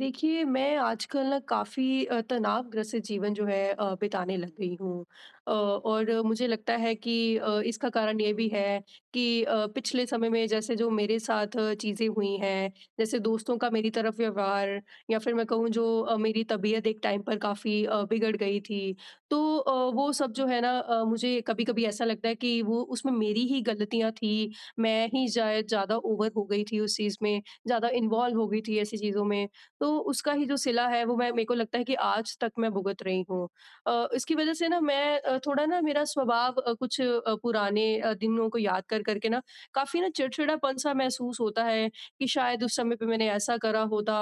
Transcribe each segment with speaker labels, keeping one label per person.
Speaker 1: देखिए, मैं आजकल ना काफ़ी तनावग्रस्त जीवन जो है बिताने लग गई हूँ। और मुझे लगता है कि इसका कारण ये भी है कि पिछले समय में जैसे जो मेरे साथ चीज़ें हुई हैं, जैसे दोस्तों का मेरी तरफ व्यवहार, या फिर मैं कहूँ जो मेरी तबीयत एक टाइम पर काफ़ी बिगड़ गई थी। तो वो सब जो है ना मुझे कभी-कभी ऐसा लगता है कि वो उसमें मेरी ही गलतियाँ थी। मैं ही शायद ज़्यादा ओवर हो गई थी उस चीज़ में, ज़्यादा इन्वॉल्व हो गई थी ऐसी चीज़ों में। तो उसका ही जो सिला है, वो, मैं मेरे को लगता है कि आज तक मैं भुगत रही हूँ। इसकी वजह से ना मैं थोड़ा ना मेरा स्वभाव कुछ पुराने दिनों को याद कर कर के ना काफ़ी ना चिड़चिड़ापन-सा महसूस होता है कि शायद उस समय पे मैंने ऐसा करा होता।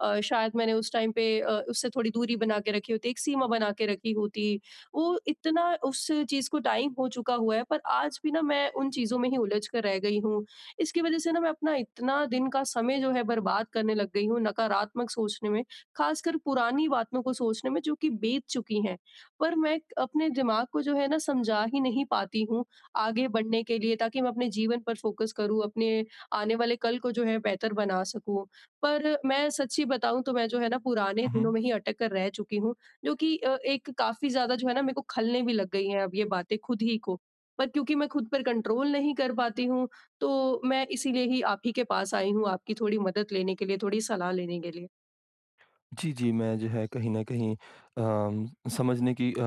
Speaker 1: शायद मैंने उस टाइम पे उससे थोड़ी दूरी बना के रखी होती, एक सीमा बना के रखी होती। वो इतना उस चीज़ को टाइम हो चुका हुआ है, पर आज भी ना मैं उन चीज़ों में ही उलझ कर रह गई हूँ। इसकी वजह से ना मैं अपना इतना दिन का समय जो है बर्बाद करने लग गई हूँ नकारात्मक सोचने में, ख़ासकर पुरानी बातों को सोचने में जो कि बीत चुकी हैं। पर मैं अपने दिमाग को जो है ना समझा ही नहीं पाती हूँ आगे बढ़ने के लिए, ताकि मैं अपने जीवन पर फ़ोकस करूँ, अपने आने वाले कल को जो है बेहतर बना सकूँ। पर मैं सच्ची बताऊँ तो मैं जो है ना पुराने
Speaker 2: हुँ,
Speaker 1: दिनों
Speaker 2: हुँ।
Speaker 1: में ही अटक कर रह चुकी हूँ, जो कि एक काफ़ी ज़्यादा जो है ना मेरे को ख़लने भी लग गई हैं अब ये बातें खुद ही को। पर क्योंकि मैं खुद पर कंट्रोल नहीं कर पाती हूँ, तो मैं इसीलिए ही आप ही के पास आई हूँ, आपकी थोड़ी मदद लेने के लिए, थोड़ी सलाह लेने के लिए।
Speaker 2: जी, जी, मैं जो है कहीं न कहीं अम, समझने की अ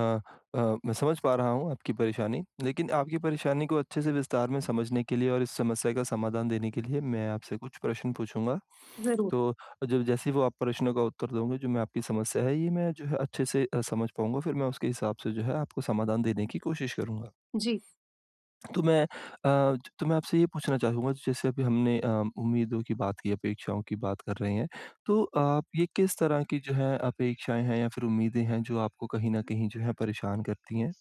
Speaker 2: अ, मैं समझ पा रहा हूँ आपकी परेशानी। लेकिन आपकी परेशानी को अच्छे से विस्तार में समझने के लिए और इस समस्या का समाधान देने के लिए मैं आपसे कुछ प्रश्न पूछूँगा।
Speaker 1: ज़रूर।
Speaker 2: तो जब जैसे ही वो आप प्रश्नों का उत्तर दोगे, जो मैं आपकी समस्या है, ये मैं जो है अच्छे से समझ पाऊँगा, फिर मैं उसके हिसाब से जो है आपको समाधान देने की कोशिश करूँगा।
Speaker 1: जी।
Speaker 2: तो मैं आपसे ये पूछना चाहूँगा जैसे अभी हमने उम्मीदों की बात की, अपेक्षाओं की बात कर रहे हैं। तो आप ये किस तरह की जो है अपेक्षाएँ हैं या फिर उम्मीदें हैं जो आपको कहीं न कहीं जो है परेशान करती हैं?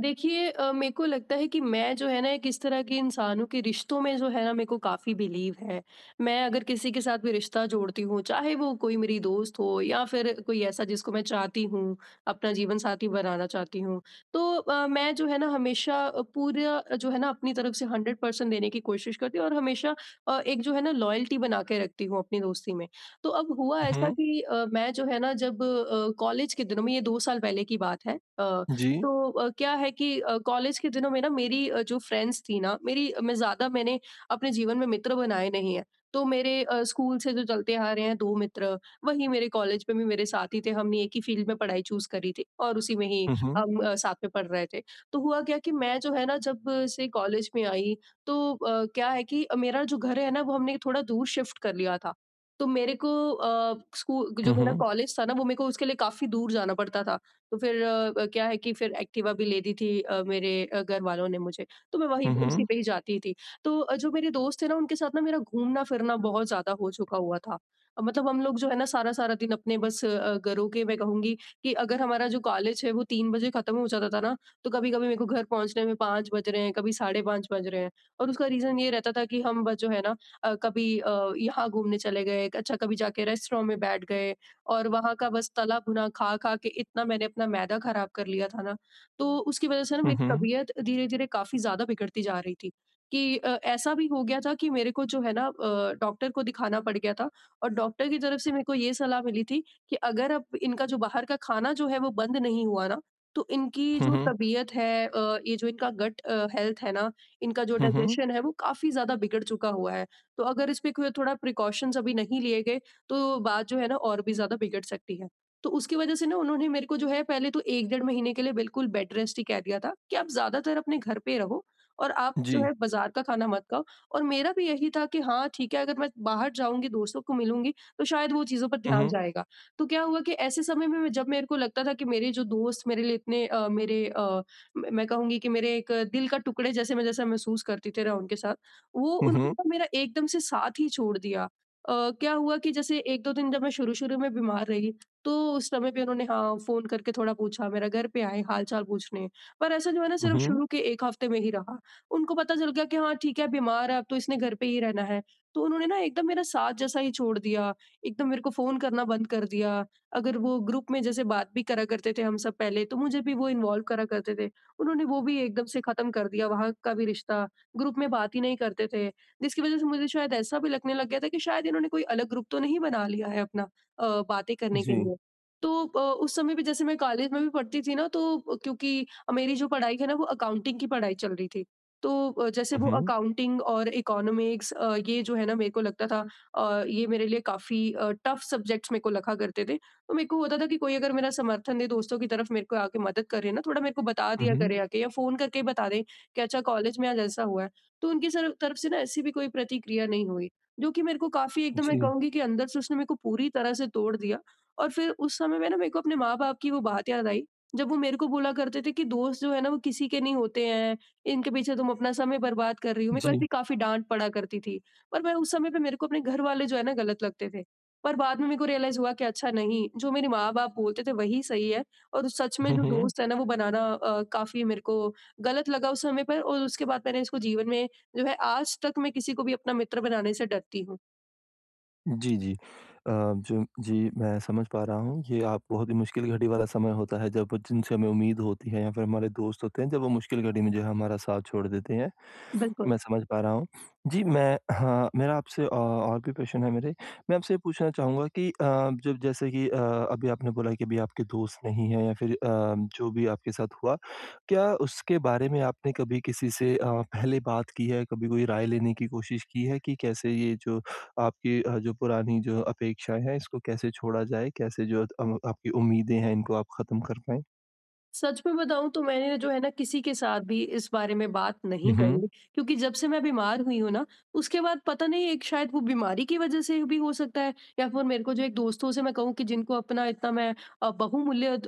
Speaker 1: देखिए, मेरे को लगता है कि मैं जो है ना, एक इस तरह के इंसानों के रिश्तों में जो है ना मेरे को काफ़ी बिलीव है। मैं अगर किसी के साथ भी रिश्ता जोड़ती हूँ, चाहे वो कोई मेरी दोस्त हो या फिर कोई ऐसा जिसको मैं चाहती हूँ, अपना जीवन साथी बनाना चाहती हूँ। तो मैं जो है ना हमेशा पूरा जो है ना अपनी तरफ से 100% देने की कोशिश करती हूँ और हमेशा एक जो है ना लॉयल्टी बना के रखती हूँ अपनी दोस्ती में। तो अब हुआ
Speaker 2: हुँ,
Speaker 1: ऐसा
Speaker 2: हुँ।
Speaker 1: कि मैं जो है ना, जब कॉलेज के दिनों में, ये 2 साल पहले की बात है।
Speaker 2: जी।
Speaker 1: तो क्या है कि कॉलेज के दिनों में ना मेरी जो फ्रेंड्स थी ना मेरी, मैं ज़्यादा, मैंने अपने जीवन में मित्र बनाए नहीं हैं। तो मेरे स्कूल से जो चलते आ रहे हैं 2 मित्र, वही मेरे कॉलेज में भी मेरे साथी थे। हमने एक ही फील्ड में पढ़ाई चूज़ करी थी और उसी में ही
Speaker 2: हुँ, हुँ।
Speaker 1: हम साथ में पढ़ रहे थे। तो हुआ क्या कि मैं जो है ना, जब से कॉलेज में आई, तो क्या है कि मेरा जो घर है ना, वो हमने थोड़ा दूर शिफ्ट कर लिया था। तो मेरे को अ, स्कू जो
Speaker 2: हुँ,
Speaker 1: मेरा
Speaker 2: हुँ।
Speaker 1: कॉलेज था ना, वो मेरे को उसके लिए काफ़ी दूर जाना पड़ता था। तो फिर क्या है कि फिर एक्टिवा भी ले दी थी मेरे घर वालों ने मुझे, तो मैं वहीं
Speaker 2: हुँ,
Speaker 1: उसी
Speaker 2: हुँ।
Speaker 1: पे ही जाती थी। तो जो मेरे दोस्त थे ना, उनके साथ ना मेरा घूमना-फिरना बहुत ज़्यादा हो चुका हुआ था। मतलब हम लोग जो है ना सारा-सारा दिन अपने बस घरों के, मैं कहूँगी कि अगर हमारा जो कॉलेज है वो 3 बजे खत्म हो जाता था ना, तो कभी-कभी मेरे को घर पहुँचने में 5 बज रहे हैं, कभी साढ़े 5 बज रहे हैं, और उसका रीज़न ये रहता था कि हम बस जो है ना कभी यहाँ घूमने चले गए, अच्छा कभी जाके रेस्टोरेंट में बैठ गए, और वहाँ का बस तला भुना खा-खा के इतना मैंने अपना मैदा ख़राब कर लिया था ना, तो उसकी वज़ह से ना
Speaker 2: हुँ,
Speaker 1: मेरी
Speaker 2: हुँ।
Speaker 1: तबीयत धीरे-धीरे काफ़ी ज़्यादा बिगड़ती जा रही थी, कि ऐसा भी हो गया था कि मेरे को जो है ना डॉक्टर को दिखाना पड़ गया था, और डॉक्टर की तरफ से मेरे को ये सलाह मिली थी कि अगर अब इनका जो बाहर का खाना जो है वो बंद नहीं हुआ ना, तो इनकी
Speaker 2: हुँ,
Speaker 1: जो
Speaker 2: हुँ।
Speaker 1: तबीयत है, ये जो इनका गट हेल्थ है ना, इनका जो
Speaker 2: हुँ, हुँ।
Speaker 1: डाइजेशन है, वो काफ़ी ज़्यादा बिगड़ चुका हुआ है। तो अगर इस पे कोई थोड़ा प्रिकॉशंस अभी नहीं लिए गए, तो बात जो है ना और भी ज़्यादा बिगड़ सकती है। तो उसकी वजह से ना उन्होंने मेरे को जो है पहले तो 1 डेढ़ महीने के लिए बिल्कुल बेड रेस्ट ही कह दिया था, कि आप ज़्यादातर अपने घर पे रहो और आप जो
Speaker 2: जी।
Speaker 1: है बाज़ार का खाना मत खाओ। और मेरा भी यही था कि हाँ, ठीक है, अगर मैं बाहर जाऊँगी, दोस्तों को मिलूँगी, तो शायद वो चीज़ों पर
Speaker 2: हुँ,
Speaker 1: ध्यान
Speaker 2: हुँ।
Speaker 1: जाएगा। तो क्या हुआ कि ऐसे समय में जब मेरे को लगता था कि मेरे जो दोस्त मेरे लिए इतने, मेरे, अ, म मैं कहूँगी कि मेरे एक दिल का टुकड़े जैसे मैं जैसा महसूस करती थी रहा उनके साथ, वो
Speaker 2: हुँ,
Speaker 1: उन्होंने
Speaker 2: हुँ।
Speaker 1: ना मेरा एकदम से साथ ही छोड़ दिया। क्या हुआ कि जैसे 1-2 दिन जब मैं शुरू-शुरू में बीमार रही, तो उस समय पे उन्होंने, हाँ, फ़ोन करके थोड़ा पूछा, मेरा घर पे आए हाल-चाल पूछने। पर ऐसा जो है ना
Speaker 2: हुँ,
Speaker 1: सिर्फ़
Speaker 2: हुँ।
Speaker 1: शुरू के 1 हफ़्ते में ही रहा। उनको पता चल गया कि हाँ, ठीक है, बीमार है, अब तो इसने घर पे ही रहना है। तो उन्होंने ना एकदम मेरा साथ जैसा ही छोड़ दिया, एकदम मेरे को फ़ोन करना बंद कर दिया। अगर वो ग्रुप में जैसे बात भी करा करते थे हम सब पहले, तो मुझे भी वो इन्वॉल्व करा करते थे। उन्होंने वो भी एकदम से ख़त्म कर दिया, वहाँ का भी रिश्ता। ग्रुप में बात ही नहीं करते थे। जिसकी वजह से मुझे शायद ऐसा भी लगने लग गया था कि शायद इन्होंने कोई अलग ग्रुप तो नहीं बना लिया है अपना बातें करने के
Speaker 2: जी।
Speaker 1: लिए। तो उस समय पे जैसे मैं कॉलेज में भी पढ़ती थी ना, तो क्योंकि मेरी जो पढ़ाई है ना वो अकाउंटिंग की पढ़ाई चल रही थी। तो जैसे
Speaker 2: हुँ,
Speaker 1: वो
Speaker 2: हुँ।
Speaker 1: अकाउंटिंग और इकोनॉमिक्स, ये जो है ना मेरे को लगता था, ये मेरे लिए काफ़ी टफ सब्जेक्ट्स मेरे को लगा करते थे। तो मेरे को होता था कि कोई अगर मेरा समर्थन दे, दोस्तों की तरफ मेरे को आके मदद करे ना, थोड़ा मेरे को बता
Speaker 2: हुँ,
Speaker 1: दिया
Speaker 2: हुँ।
Speaker 1: करे आके या फ़ोन करके ही बता दें कि अच्छा, कॉलेज में आज ऐसा हुआ है। तो उनकी सर तरफ से ना ऐसी भी कोई प्रतिक्रिया नहीं हुई, जो कि मेरे को काफ़ी, एकदम, मैं
Speaker 2: जी।
Speaker 1: कहूँगी कि अंदर से उसने मेरे को पूरी तरह से तोड़ दिया। और फिर उस समय में ना मेरे को अपने माँ-बाप की वो बात याद आई, जब वो मेरे को बोला करते थे कि दोस्त जो है ना वो किसी के नहीं होते हैं, इनके पीछे तुम अपना समय बर्बाद कर रही हो। मेरे को
Speaker 2: जी।
Speaker 1: ऐसी काफ़ी डाँट पड़ा करती थी, पर मैं, उस समय पे मेरे को अपने घर वाले जो है ना गलत लगते थे। पर बाद में मेरे को रियलाइज़ हुआ कि अच्छा नहीं, जो मेरे माँ-बाप बोलते थे वही सही है, और सच में
Speaker 2: हुँ,
Speaker 1: जो
Speaker 2: हुँ।
Speaker 1: दोस्त है ना वो बनाना काफ़ी मेरे को गलत लगा उस समय पर, और उसके बाद मैंने इसको जीवन में जो है, आज तक मैं किसी को भी अपना मित्र बनाने से डरती हूँ।
Speaker 2: जी, जी। जो जी, मैं समझ पा रहा हूँ, ये आप बहुत ही मुश्किल घड़ी वाला समय होता है, जब जिनसे हमें उम्मीद होती है या फिर हमारे दोस्त होते हैं, जब वो मुश्किल घड़ी में जो है हमारा साथ छोड़ देते हैं।
Speaker 1: बिल्कुल।
Speaker 2: मैं समझ पा रहा हूँ। जी, मैं हाँ, मेरा आपसे और भी प्रश्न है मेरे। मैं आपसे ये पूछना चाहूँगा कि जब जैसे कि अभी आपने बोला कि अभी आपके दोस्त नहीं हैं या फिर जो भी आपके साथ हुआ, क्या उसके बारे में आपने कभी किसी से पहले बात की है? कभी कोई राय लेने की कोशिश की है कि कैसे ये जो आपकी जो पुरानी जो अपेक्षाएँ हैं, इसको कैसे छोड़ा जाए? कैसे जो आपकी उम्मीदें हैं, इनको आप ख़त्म कर पाएँ?
Speaker 1: सच में बताऊँ तो मैंने जो है ना किसी के साथ भी इस बारे में बात नहीं
Speaker 2: हुँ, हुँ।
Speaker 1: करी, क्योंकि जब से मैं बीमार हुई हूँ ना, उसके बाद पता नहीं, एक शायद वो बीमारी की वजह से भी हो सकता है, या फिर मेरे को जो एक दोस्तों से, मैं कहूँ कि जिनको अपना इतना मैं बहुमूल्य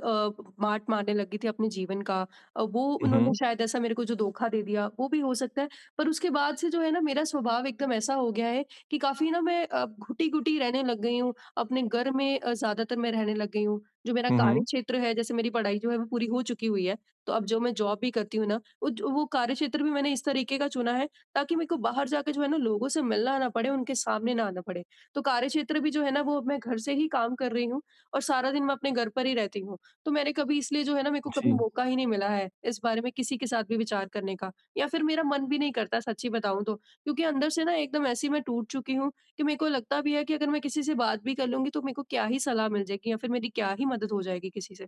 Speaker 1: बांट मारने लगी थी अपने जीवन का, वो
Speaker 2: हुँ,
Speaker 1: उन्होंने
Speaker 2: हुँ।
Speaker 1: शायद ऐसा मेरे को जो धोखा दे दिया, वो भी हो सकता है। पर उसके बाद से जो है ना मेरा स्वभाव एकदम ऐसा हो गया है कि काफी ना मैं घुटी घुटी रहने लग गई हूँ अपने घर में, ज्यादातर मैं रहने लग गई हूँ। जो मेरा
Speaker 2: हुँ,
Speaker 1: कार्य
Speaker 2: हुँ।
Speaker 1: क्षेत्र है, जैसे मेरी पढ़ाई जो है वो पूरी हो चुकी हुई है, तो अब जो मैं जॉब भी करती हूँ ना, वो ज वो कार्यक्षेत्र भी मैंने इस तरीके का चुना है, ताकि मेरे को बाहर जाके जो है ना लोगों से मिलना ना पड़े, उनके सामने ना आना पड़े। तो कार्यक्षेत्र भी जो है ना वो अब मैं घर से ही काम कर रही हूँ, और सारा दिन मैं अपने घर पर ही रहती हूँ। तो मैंने कभी, इसलिए जो है ना, मेरे को कभी
Speaker 2: जी।
Speaker 1: मौका ही नहीं मिला है इस बारे में किसी के साथ भी विचार करने का, या फिर मेरा मन भी नहीं करता, सच्ची बताऊँ तो। क्योंकि अंदर से ना एकदम ऐसी मैं टूट चुकी हूँ, कि मेरे को लगता भी है कि अगर मैं किसी से बात भी कर लूँगी, तो मेरे को क्या ही सलाह मिल जाएगी, या फिर मेरी क्या ही मदद हो जाएगी किसी से।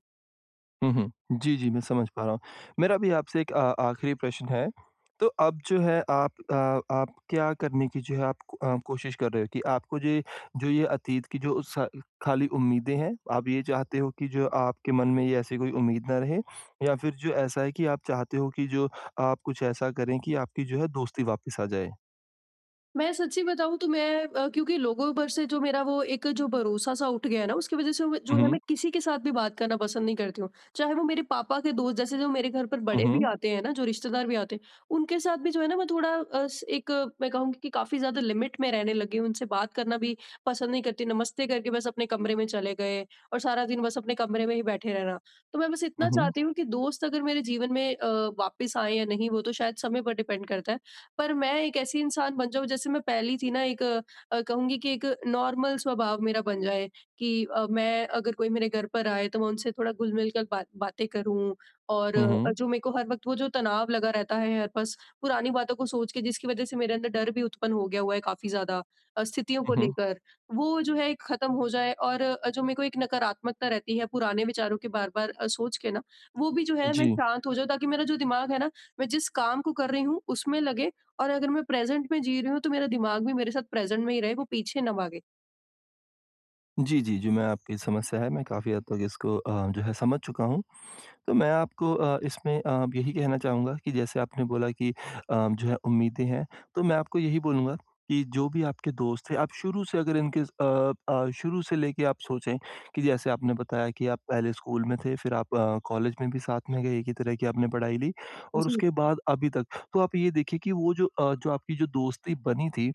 Speaker 2: हुँ, हुँ। जी, जी, मैं समझ पा रहा हूँ। मेरा भी आपसे एक आखिरी प्रश्न है। तो अब जो है आप क्या करने की जो है आप कोशिश कर रहे हो कि आपको जे जो ये अतीत की जो स खाली उम्मीदें हैं, आप ये चाहते हो कि जो आपके मन में ये ऐसी कोई उम्मीद ना रहे या फिर जो ऐसा है कि आप चाहते हो कि जो आप कुछ ऐसा करें कि आपकी जो है दोस्ती वापस आ जाए?
Speaker 1: मैं सच्ची बताऊँ तो मैं, क्योंकि लोगों पर से जो मेरा वो एक जो भरोसा-सा उठ गया है ना, उसकी वज़ह से वो जो
Speaker 2: हुँ,
Speaker 1: है,
Speaker 2: हुँ।
Speaker 1: मैं किसी के साथ भी बात करना पसंद नहीं करती हूँ। चाहे वो मेरे पापा के दोस्त, जैसे जो मेरे घर पर
Speaker 2: हुँ,
Speaker 1: बड़े भी
Speaker 2: हुँ।
Speaker 1: आते हैं ना, जो रिश्तेदार भी आते हैं, उनके साथ भी जो है ना मैं थोड़ा, अ, स एक, मैं कहूँगी कि काफ़ी ज़्यादा लिमिट में रहने लगी हूँ। उनसे बात करना भी पसंद नहीं करती, नमस्ते करके बस अपने कमरे में चले गए, और सारा दिन बस अपने कमरे में ही बैठे रहना। तो मैं बस
Speaker 2: हुँ,
Speaker 1: इतना
Speaker 2: हुँ।
Speaker 1: चाहती हूँ कि दोस्त अगर मेरे जीवन में वापस आएँ या नहीं, वो तो शायद समय पर डिपेंड करता है। पर मैं एक ऐसी इंसान बन जाऊँ जैसे मैं पहली थी ना, एक, कहूँगी कि एक नॉर्मल स्वभाव मेरा बन जाए, कि मैं, अगर कोई मेरे घर पर आए तो मैं उनसे थोड़ा घुल-मिल कर बात बातें करूँ, और
Speaker 2: हुँ, हुँ।
Speaker 1: जो मेरे को हर वक़्त वो जो तनाव लगा रहता है, हर बस पुरानी बातों को सोच के, जिसकी वज़ह से मेरे अंदर डर भी उत्पन्न हो गया हुआ है काफ़ी ज़्यादा स्थितियों को
Speaker 2: हुँ, हुँ।
Speaker 1: लेकर, वो जो है ख़त्म हो जाए, और जो मेरे को एक नकारात्मकता रहती है पुराने विचारों के बार-बार सोच के ना, वो भी जो है मैं
Speaker 2: जी।
Speaker 1: शांत हो जाऊँ, ताकि मेरा जो दिमाग है ना, मैं जिस काम को कर रही हूँ उसमें लगे, और अगर मैं प्रेज़ेंट में जी रही हूँ, तो मेरा दिमाग भी मेरे साथ प्रेज़ेंट में ही रहे, वो पीछे ना भागे।
Speaker 2: जी, जी, जी, जो मैं आपकी समस्या है, मैं काफ़ी हद तक इसको जो है समझ चुका हूँ। तो मैं आपको इसमें यही कहना चाहूँगा कि जैसे आपने बोला कि जो है उम्मीदें हैं, तो मैं आपको यही बोलूँगा कि जो भी आपके दोस्त हैं, आप शुरू से अगर इनके शुरू से लेके आप सोचें कि जैसे आपने बताया कि आप पहले स्कूल में थे, फिर आप कॉलेज में भी साथ में गए, एक ही तरह की आपने पढ़ाई ली और
Speaker 1: जी,
Speaker 2: उसके बाद अभी तक। तो आप ये देखिए कि वो जो जो आपकी जो दोस्ती बनी थी,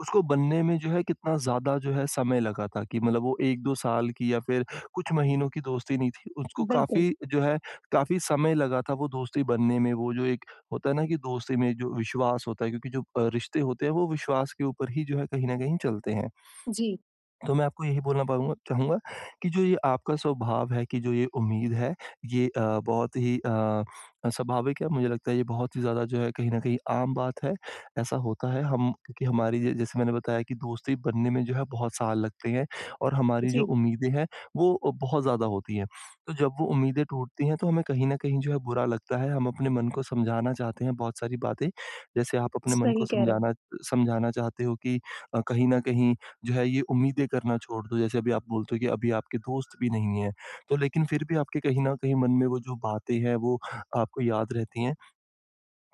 Speaker 2: उसको बनने में जो है कितना ज़्यादा जो है समय लगा था कि मतलब वो 1-2 साल की या फिर कुछ महीनों की दोस्ती नहीं थी, उसको
Speaker 1: बिल्कुल।
Speaker 2: काफ़ी जो है काफ़ी समय लगा था वो दोस्ती बनने में, वो जो एक होता है ना कि दोस्ती में जो विश्वास होता है क्योंकि जो रिश्ते होते हैं वो विश्वास के ऊपर ही जो है कहीं न कहीं चलते हैं।
Speaker 1: जी,
Speaker 2: तो मैं आपको यही बोलना पाऊँगा चाहूँगा कि जो ये आपका स्वभाव है कि जो ये उम्मीद है, ये बहुत ही स्वाभाविक है। मुझे लगता है ये बहुत ही ज़्यादा जो है कहीं न कहीं आम बात है। ऐसा होता है हम क्योंकि हमारी ज जैसे मैंने बताया कि दोस्ती बनने में जो है बहुत साल लगते हैं और हमारी जो
Speaker 1: जी,
Speaker 2: उम्मीदें हैं वो बहुत ज़्यादा होती हैं। तो जब वो उम्मीदें टूटती हैं तो हमें कहीं न कहीं जो है बुरा लगता है। हम अपने मन को समझाना चाहते हैं बहुत सारी बातें। जैसे आप अपने मन
Speaker 1: सही
Speaker 2: को
Speaker 1: कह रहे हैं।
Speaker 2: समझाना समझाना चाहते हो कि कहीं न कहीं जो है ये उम्मीदें करना छोड़ दो। जैसे अभी आप बोलते हो कि अभी आपके दोस्त भी नहीं हैं, तो लेकिन फिर भी आपके कहीं न कहीं मन में वो जो बातें हैं वो आपको याद रहती हैं।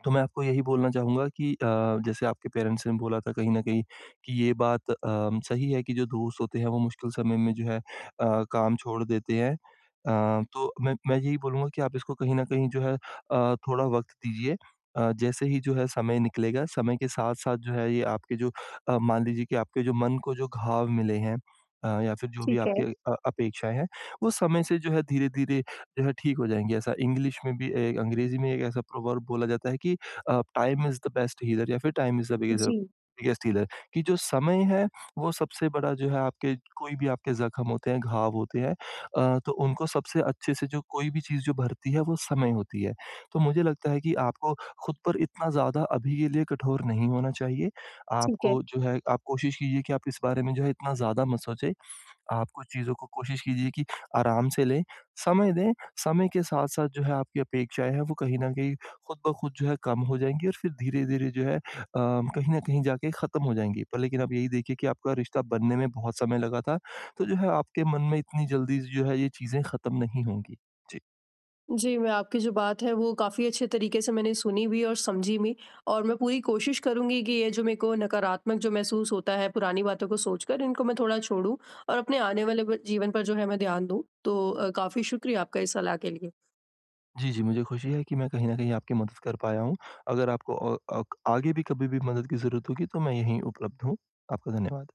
Speaker 2: तो मैं आपको यही बोलना चाहूँगा कि जैसे आपके पेरेंट्स ने बोला था कहीं न कहीं कि ये बात सही है कि जो दोस्त होते हैं वो मुश्किल समय में जो है काम छोड़ देते हैं। तो मैं यही बोलूँगा कि आप इसको कहीं न कहीं जो है थोड़ा वक़्त दीजिए। जैसे ही जो है समय निकलेगा, समय के साथ-साथ जो है ये आपके जो मान लीजिए कि आपके जो मन को जो घाव मिले हैं या फिर जो भी
Speaker 1: ठीक है।
Speaker 2: आपकी अपेक्षाएँ हैं, वो समय से जो है धीरे-धीरे जो है ठीक हो जाएँगी। ऐसा इंग्लिश में भी ए अंग्रेज़ी में एक ऐसा प्रोवर्ब बोला जाता है कि time is the best healer या फिर टाइम इज़ द बिगेस्ट
Speaker 1: जी,
Speaker 2: बिगेस्ट हीलर कि जो समय है वो सबसे बड़ा जो है आपके कोई भी आपके ज़ख्म होते हैं, घाव होते हैं तो उनको सबसे अच्छे से जो कोई भी चीज़ जो भरती है वो समय होती है। तो मुझे लगता है कि आपको खुद पर इतना ज़्यादा अभी के लिए कठोर नहीं होना चाहिए।
Speaker 1: ठीक है।
Speaker 2: आपको जो है आप कोशिश कीजिए कि आप इस बारे में जो है इतना ज़्यादा मत सोचें। आप कुछ चीज़ों को कोशिश कीजिए कि आराम से लें, समय दें, समय के साथ-साथ जो है आपकी अपेक्षाएँ हैं वो कहीं न कहीं खुद ब खुद जो है कम हो जाएँगी और फिर धीरे-धीरे जो है कहीं न कहीं जाके ख़त्म हो जाएँगी। पर लेकिन आप यही देखिए कि आपका रिश्ता बनने में बहुत समय लगा था, तो जो है आपके मन में इतनी जल्दी जो है ये चीज़ें ख़त्म नहीं होंगी। जी।
Speaker 1: जी, मैं आपकी जो बात है, वो काफ़ी अच्छे तरीके से मैंने सुनी भी और समझी भी, और मैं पूरी कोशिश करूँगी कि ये जो मेरे को नकारात्मक जो महसूस होता है पुरानी बातों को सोचकर, इनको मैं थोड़ा छोड़ूँ, और अपने आने वाले ब जीवन पर जो है मैं ध्यान दूँ। तो काफ़ी शुक्रिया आपका इस सलाह के लिए।
Speaker 2: जी, जी, मुझे खुशी है कि मैं कहीं न कहीं आपकी मदद कर पाया हूँ। अगर आपको अक आगे भी कभी भी मदद की ज़रूरत होगी तो मैं यहीं उपलब्ध हूँ। आपका धन्यवाद।